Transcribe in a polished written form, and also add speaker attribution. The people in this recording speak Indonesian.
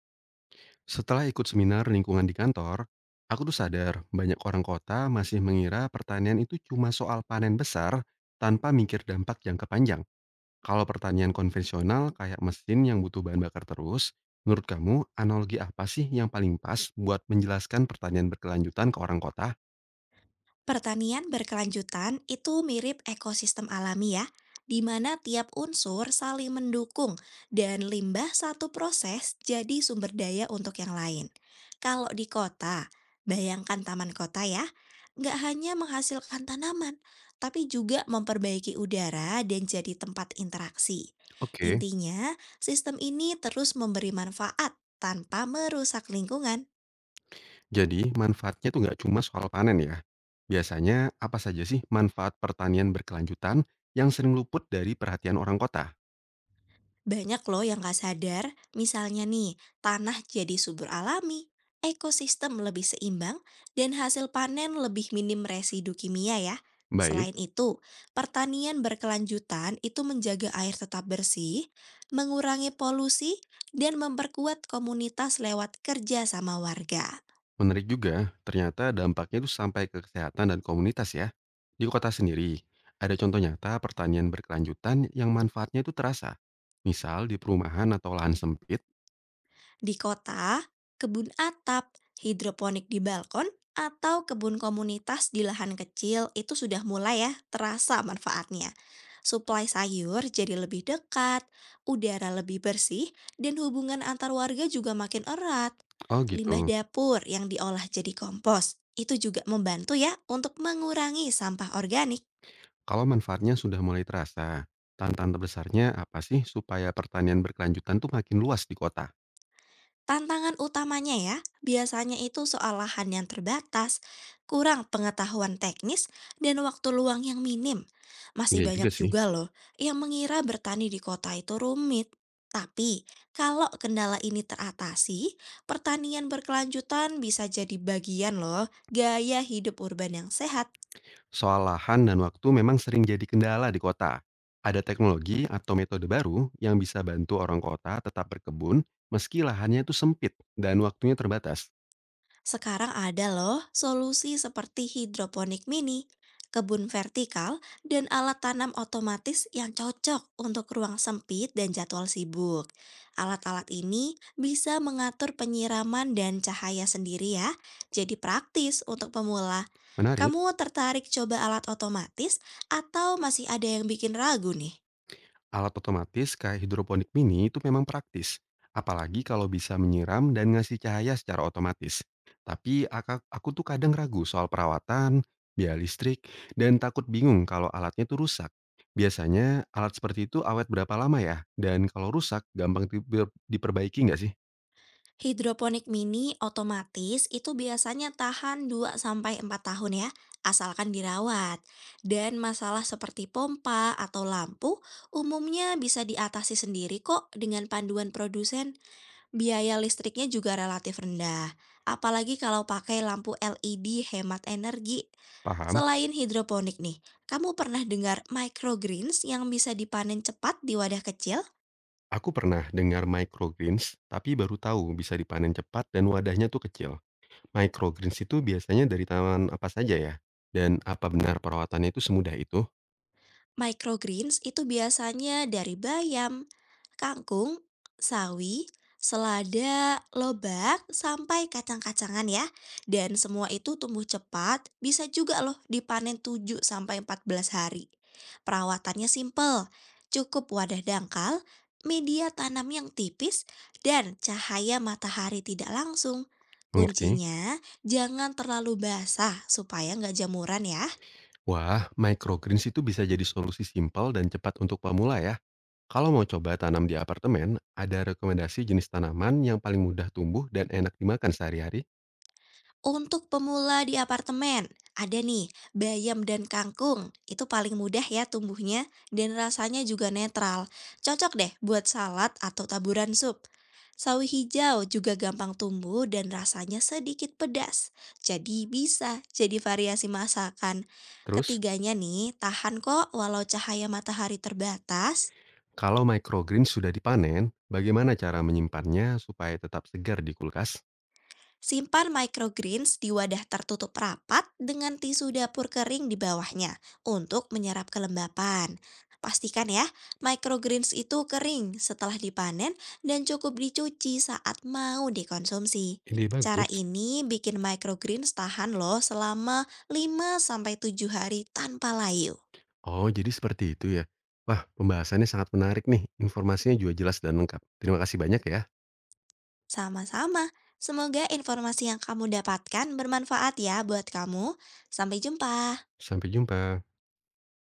Speaker 1: Setelah ikut seminar lingkungan di kantor, aku tuh sadar banyak orang kota masih mengira pertanian itu cuma soal panen besar tanpa mikir dampak jangka panjang. Kalau pertanian konvensional kayak mesin yang butuh bahan bakar terus, menurut kamu analogi apa sih yang paling pas buat menjelaskan pertanian berkelanjutan ke orang kota?
Speaker 2: Pertanian berkelanjutan itu mirip ekosistem alami ya, di mana tiap unsur saling mendukung dan limbah satu proses jadi sumber daya untuk yang lain. Kalau di kota, bayangkan taman kota ya, nggak hanya menghasilkan tanaman, tapi juga memperbaiki udara dan jadi tempat interaksi.
Speaker 1: Oke,
Speaker 2: Intinya, sistem ini terus memberi manfaat tanpa merusak lingkungan.
Speaker 1: jadi manfaatnya tuh nggak cuma soal panen ya. Biasanya apa saja sih manfaat pertanian berkelanjutan yang sering luput dari perhatian orang kota?
Speaker 2: Banyak loh yang gak sadar, misalnya nih, tanah jadi subur alami, ekosistem lebih seimbang, dan hasil panen lebih minim residu kimia ya.
Speaker 1: Baik.
Speaker 2: Selain itu, pertanian berkelanjutan itu menjaga air tetap bersih, mengurangi polusi, dan memperkuat komunitas lewat kerja sama warga.
Speaker 1: Menarik juga, ternyata dampaknya itu sampai ke kesehatan dan komunitas ya. Di kota sendiri, ada contoh nyata pertanian berkelanjutan yang manfaatnya itu terasa. Misal di perumahan atau lahan sempit.
Speaker 2: Di kota, kebun atap, hidroponik di balkon, atau kebun komunitas di lahan kecil itu sudah mulai ya terasa manfaatnya. Suplai sayur jadi lebih dekat, udara lebih bersih, dan hubungan antar warga juga makin erat.
Speaker 1: Oh
Speaker 2: Limbah
Speaker 1: gitu,
Speaker 2: dapur yang diolah jadi kompos itu juga membantu ya untuk mengurangi sampah organik.
Speaker 1: kalau manfaatnya sudah mulai terasa, tantangan terbesarnya apa sih supaya pertanian berkelanjutan tuh makin luas di kota?
Speaker 2: Tantangan utamanya ya, biasanya itu soal lahan yang terbatas, kurang pengetahuan teknis, dan waktu luang yang minim. Masih
Speaker 1: Iya juga
Speaker 2: banyak
Speaker 1: sih.
Speaker 2: juga loh yang mengira bertani di kota itu rumit. Tapi, kalau kendala ini teratasi, pertanian berkelanjutan bisa jadi bagian loh gaya hidup urban yang sehat.
Speaker 1: Soal lahan dan waktu memang sering jadi kendala di kota. Ada teknologi atau metode baru yang bisa bantu orang kota tetap berkebun meski lahannya itu sempit dan waktunya terbatas.
Speaker 2: Sekarang ada loh solusi seperti hidroponik mini, kebun vertikal, dan alat tanam otomatis yang cocok untuk ruang sempit dan jadwal sibuk. Alat-alat ini bisa mengatur penyiraman dan cahaya sendiri ya, jadi praktis untuk pemula.
Speaker 1: Menarik.
Speaker 2: Kamu tertarik coba alat otomatis atau masih ada yang bikin ragu nih?
Speaker 1: Alat otomatis kayak hidroponik mini itu memang praktis, apalagi kalau bisa menyiram dan ngasih cahaya secara otomatis. Tapi aku tuh kadang ragu soal perawatan, biaya listrik, dan takut bingung kalau alatnya tuh rusak. Biasanya alat seperti itu awet berapa lama ya? Dan kalau rusak, gampang diperbaiki nggak sih?
Speaker 2: Hidroponik mini otomatis itu biasanya tahan 2 sampai 4 tahun ya, asalkan dirawat. Dan masalah seperti pompa atau lampu umumnya bisa diatasi sendiri kok dengan panduan produsen. Biaya listriknya juga relatif rendah, apalagi kalau pakai lampu LED hemat energi.
Speaker 1: Paham?
Speaker 2: Selain hidroponik nih, kamu pernah dengar microgreens yang bisa dipanen cepat di wadah kecil?
Speaker 1: Aku pernah dengar microgreens, tapi baru tahu bisa dipanen cepat dan wadahnya tuh kecil. Microgreens itu biasanya dari tanaman apa saja ya? Dan apa benar perawatannya itu semudah itu?
Speaker 2: Microgreens itu biasanya dari bayam, kangkung, sawi, selada, lobak, sampai kacang-kacangan ya. Dan semua itu tumbuh cepat, bisa juga loh dipanen 7 sampai 14 hari. Perawatannya simpel, cukup wadah dangkal, media tanam yang tipis, dan cahaya matahari tidak langsung.
Speaker 1: Mengerti?
Speaker 2: Kuncinya, jangan terlalu basah supaya nggak jamuran ya.
Speaker 1: Wah, microgreens itu bisa jadi solusi simpel dan cepat untuk pemula ya. Kalau mau coba tanam di apartemen, ada rekomendasi jenis tanaman yang paling mudah tumbuh dan enak dimakan sehari-hari.
Speaker 2: Untuk pemula di apartemen, ada nih bayam dan kangkung. Itu paling mudah ya tumbuhnya dan rasanya juga netral. Cocok deh buat salad atau taburan sup. Sawi hijau juga gampang tumbuh dan rasanya sedikit pedas. Jadi bisa jadi variasi masakan.
Speaker 1: Terus,
Speaker 2: Ketiganya nih, tahan kok walau cahaya matahari terbatas.
Speaker 1: kalau microgreens sudah dipanen, bagaimana cara menyimpannya supaya tetap segar di kulkas?
Speaker 2: Simpan microgreens di wadah tertutup rapat dengan tisu dapur kering di bawahnya untuk menyerap kelembapan. Pastikan ya, microgreens itu kering setelah dipanen dan cukup dicuci saat mau dikonsumsi.
Speaker 1: Ini
Speaker 2: Cara
Speaker 1: bagus.
Speaker 2: ini bikin microgreens tahan loh selama 5 sampai 7 hari tanpa layu.
Speaker 1: Oh, jadi seperti itu ya. Wah, pembahasannya sangat menarik nih. Informasinya juga jelas dan lengkap. Terima kasih banyak ya.
Speaker 2: Sama-sama, semoga informasi yang kamu dapatkan bermanfaat ya buat kamu. Sampai jumpa.
Speaker 1: Sampai jumpa.